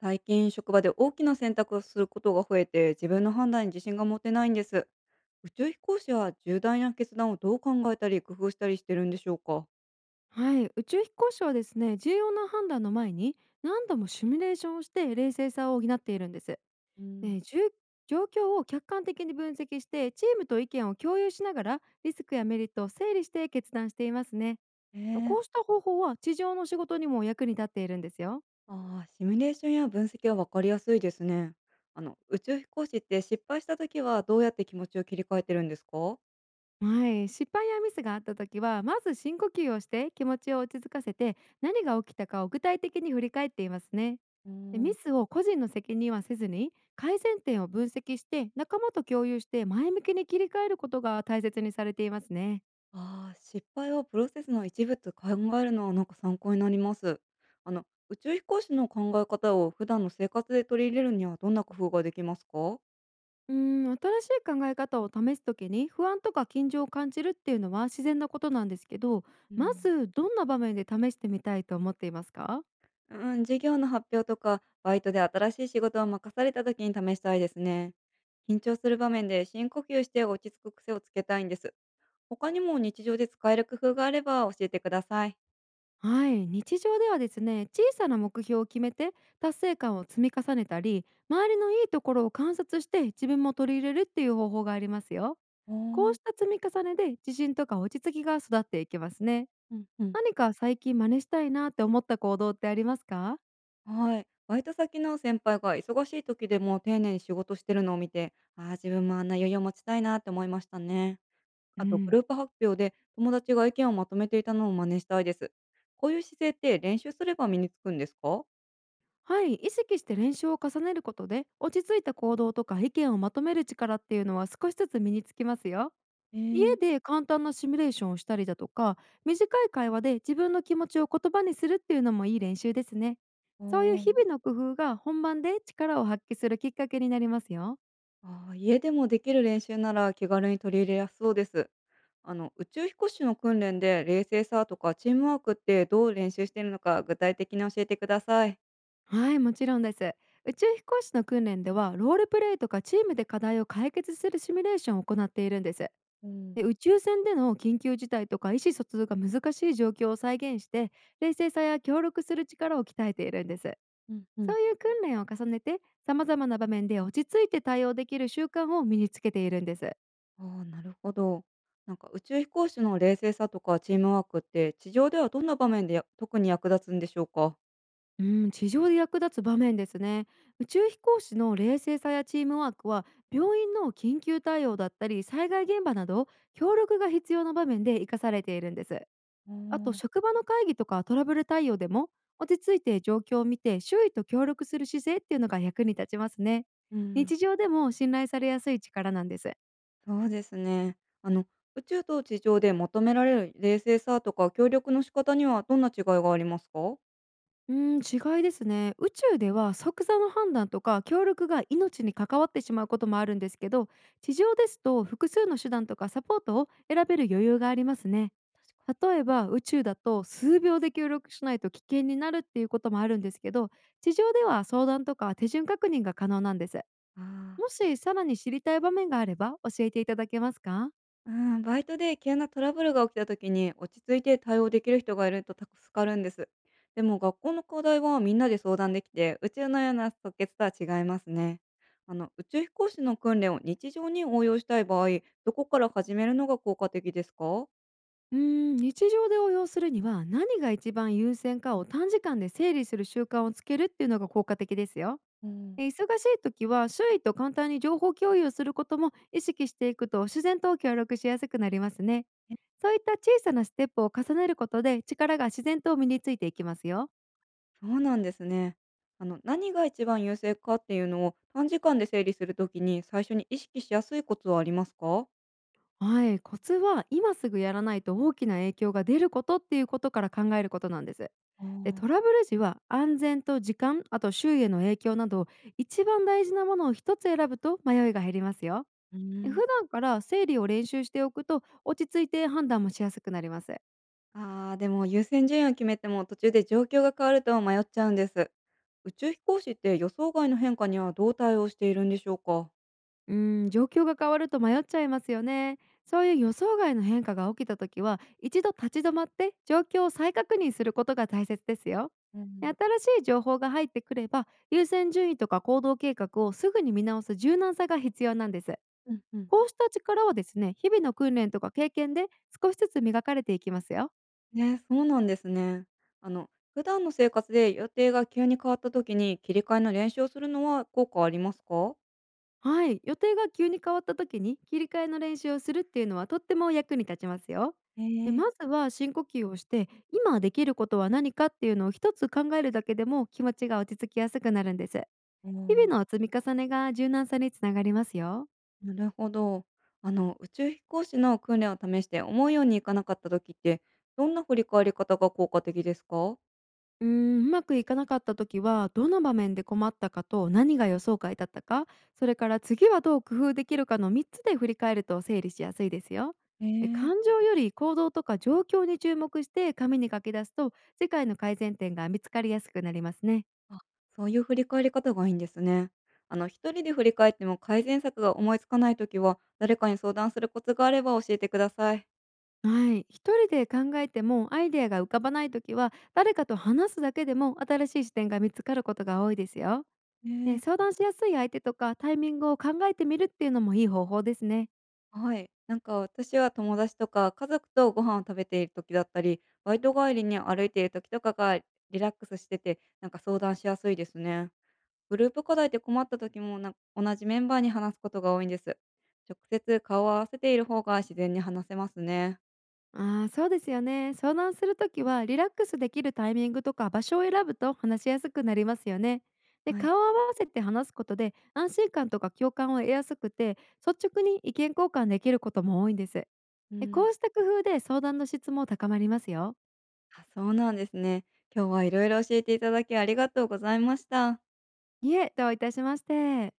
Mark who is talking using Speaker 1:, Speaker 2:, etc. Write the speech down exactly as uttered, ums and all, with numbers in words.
Speaker 1: 最近職場で大きな選択をすることが増えて、自分の判断に自信が持てないんです。宇宙飛行士は重大な決断をどう考えたり工夫したりしてるんでしょうか？
Speaker 2: はい、宇宙飛行士はですね、重要な判断の前に何度もシミュレーションをして冷静さを補っているんです。
Speaker 1: うん、
Speaker 2: で、重状況を客観的に分析して、チームと意見を共有しながらリスクやメリットを整理して決断していますね。
Speaker 1: えー、
Speaker 2: こうした方法は地上の仕事にも役に立っているんですよ。
Speaker 1: あーシミュレーションや分析は分かりやすいですね。あの、宇宙飛行士って失敗した時はどうやって気持ちを切り替えてるんですか？
Speaker 2: はい、失敗やミスがあった時はまず深呼吸をして気持ちを落ち着かせて、何が起きたかを具体的に振り返っていますね。
Speaker 1: う
Speaker 2: で、
Speaker 1: ん、
Speaker 2: ミスを個人の責任はせずに改善点を分析して、仲間と共有して前向きに切り替えることが大切にされていますね。
Speaker 1: あー失敗をプロセスの一部と考えるのはなんか参考になります。あの、宇宙飛行士の考え方を普段の生活で取り入れるにはどんな工夫ができますか？
Speaker 2: うん、新しい考え方を試す時に不安とか緊張を感じるっていうのは自然なことなんですけど、
Speaker 1: う
Speaker 2: ま
Speaker 1: ん。
Speaker 2: ずどんな場面で試してみたいと思っていますか？
Speaker 1: うん、授業の発表とか、バイトで新しい仕事を任された時に試したいですね。緊張する場面で深呼吸して落ち着く癖をつけたいんです。他にも日常で使える工夫があれば教えてください。
Speaker 2: はい、日常ではですね、小さな目標を決めて達成感を積み重ねたり、周りのいいところを観察して自分も取り入れるっていう方法がありますよ。
Speaker 1: あ
Speaker 2: こうし
Speaker 1: ー、
Speaker 2: た積み重ねで自信とか落ち着きが育っていきますね。
Speaker 1: うんうん。
Speaker 2: 何か最近真似したいなって思った行動ってありますか？
Speaker 1: はい。バイト先の先輩が忙しい時でも丁寧に仕事してるのを見て、ああ、自分もあんな余裕を持ちたいなって思いましたね。
Speaker 2: う
Speaker 1: あと、グ
Speaker 2: ん。
Speaker 1: ループ発表で友達が意見をまとめていたのを真似したいです。こういう姿勢って練習すれば身につくんですか？
Speaker 2: はい、意識して練習を重ねることで落ち着いた行動とか意見をまとめる力っていうのは少しずつ身につきますよ。家
Speaker 1: ええ、
Speaker 2: で簡単なシミュレーションをしたりだとか、短い会話で自分の気持ちを言葉にするっていうのもいい練習ですね。
Speaker 1: お
Speaker 2: そういう
Speaker 1: お、
Speaker 2: 日々の工夫が本番で力を発揮するきっかけになりますよ。
Speaker 1: あー家でもできる練習なら気軽に取り入れやすそうです。あの、宇宙飛行士の訓練で冷静さとかチームワークってどう練習しているのか具体的に教えてください。
Speaker 2: はい、もちろんです。宇宙飛行士の訓練ではロールプレイとかチームで課題を解決するシミュレーションを行っているんです。
Speaker 1: うん、
Speaker 2: で、宇宙船での緊急事態とか意思疎通が難しい状況を再現して、冷静さや協力する力を鍛えているんです。
Speaker 1: うんう
Speaker 2: そ
Speaker 1: ん。
Speaker 2: ういう訓練を重ねて、様々な場面で落ち着いて対応できる習慣を身につけているんです。
Speaker 1: ああ、なるほど。なんか宇宙飛行士の冷静さとかチームワークって地上ではどんな場面でや特に役立つんでしょうか。
Speaker 2: うん、地上で役立つ場面ですね。宇宙飛行士の冷静さやチームワークは、病院の緊急対応だったり、災害現場など、協力が必要な場面で活かされているんです。
Speaker 1: お
Speaker 2: あと、
Speaker 1: ー、
Speaker 2: 職場の会議とかトラブル対応でも、落ち着いて状況を見て、周囲と協力する姿勢っていうのが役に立ちますね。
Speaker 1: うん、
Speaker 2: 日常でも信頼されやすい力なんです。
Speaker 1: そうですね。あの、宇宙と地上で求められる冷静さとか協力の仕方にはどんな違いがありますか？
Speaker 2: うーん、違いですね。宇宙では即座の判断とか協力が命に関わってしまうこともあるんですけど、地上ですと複数の手段とかサポートを選べる余裕がありますね。例えば宇宙だと数秒で協力しないと危険になるっていうこともあるんですけど、地上では相談とか手順確認が可能なんです。
Speaker 1: ああ、
Speaker 2: もしさらに知りたい場面があれば教えていただけますか？
Speaker 1: うん、バイトで急なトラブルが起きた時に落ち着いて対応できる人がいると助かるんです。でも学校の課題はみんなで相談できて、宇宙のような即決とは違いますね。あの、宇宙飛行士の訓練を日常に応用したい場合、どこから始めるのが効果的ですか？
Speaker 2: うーん、日常で応用するには何が一番優先かを短時間で整理する習慣をつけるっていうのが効果的ですよ。
Speaker 1: うん、
Speaker 2: えー忙しい時は周囲と簡単に情報共有することも意識していくと、自然と協力しやすくなりますね。
Speaker 1: え
Speaker 2: そういった小さなステップを重ねることで力が自然と身についていきますよ。
Speaker 1: そうなんですね。あの、何が一番優勢かっていうのを短時間で整理するときに最初に意識しやすいコツはありますか？
Speaker 2: はい、コツは今すぐやらないと大きな影響が出ることっていうことから考えることなんです。
Speaker 1: ああ
Speaker 2: で、
Speaker 1: ー、
Speaker 2: トラブル時は安全と時間、あと周囲への影響など、一番大事なものを一つ選ぶと迷いが減りますよ。
Speaker 1: うーん、
Speaker 2: 普段から整理を練習しておくと落ち着いて判断もしやすくなります。
Speaker 1: ああ、でも優先順位を決めても途中で状況が変わると迷っちゃうんです。宇宙飛行士って予想外の変化にはどう対応しているんでしょうか？
Speaker 2: うーん、状況が変わると迷っちゃいますよね。そういう予想外の変化が起きた時は、一度立ち止まって状況を再確認することが大切ですよ。
Speaker 1: う
Speaker 2: で、新
Speaker 1: ん、
Speaker 2: しい情報が入ってくれば、優先順位とか行動計画をすぐに見直す柔軟さが必要なんです。
Speaker 1: うんうん。
Speaker 2: こうした力はですね、日々の訓練とか経験で少しずつ磨かれていきますよ。
Speaker 1: ね、そうなんですね。あの、普段の生活で予定が急に変わった時に切り替えの練習をするのは効果ありますか？
Speaker 2: はい、予定が急に変わった時に切り替えの練習をするっていうのはとっても役に立ちますよ。で、
Speaker 1: え
Speaker 2: ま
Speaker 1: え、
Speaker 2: ずは深呼吸をして今できることは何かっていうのを一つ考えるだけでも気持ちが落ち着きやすくなるんです。
Speaker 1: お
Speaker 2: 日々の
Speaker 1: ー、
Speaker 2: 積み重ねが柔軟さにつながりますよ。
Speaker 1: なるほど。あの、宇宙飛行士の訓練を試して思うようにいかなかった時って、どんな振り返り方が効果的ですか？
Speaker 2: うーん、うまくいかなかった時はどの場面で困ったかと何が予想外だったか、それから次はどう工夫できるかのみっつで振り返ると整理しやすいですよ。
Speaker 1: え
Speaker 2: で、感
Speaker 1: え、
Speaker 2: 情より行動とか状況に注目して紙に書き出すと、世界の改善点が見つかりやすくなりますね。
Speaker 1: あ、そういう振り返り方がいいんですね。あの、一人で振り返っても改善策が思いつかないときは、誰かに相談するコツがあれば教えてください。
Speaker 2: はい、一人で考えてもアイデアが浮かばない時は誰かと話すだけでも新しい視点が見つかることが多いですよ。
Speaker 1: ね
Speaker 2: で、相
Speaker 1: え、
Speaker 2: 談しやすい相手とかタイミングを考えてみるっていうのもいい方法ですね。
Speaker 1: はい。なんか私は友達とか家族とご飯を食べている時だったり、バイト帰りに歩いている時とかがリラックスしてて、なんか相談しやすいですね。グループ課題で困った時もなんか同じメンバーに話すことが多いんです。直接顔を合わせている方が自然に話せますね。
Speaker 2: ああ、そうですよね。相談するときはリラックスできるタイミングとか場所を選ぶと話しやすくなりますよね。で、
Speaker 1: はい。
Speaker 2: 顔を合わせて話すことで安心感とか共感を得やすくて、率直に意見交換できることも多いんです。
Speaker 1: う
Speaker 2: で、
Speaker 1: ん。
Speaker 2: こうした工夫で相談の質も高まりますよ。
Speaker 1: あ、そうなんですね。今日はいろいろ教えていただきありがとうございました。
Speaker 2: いえ、どういたしまして。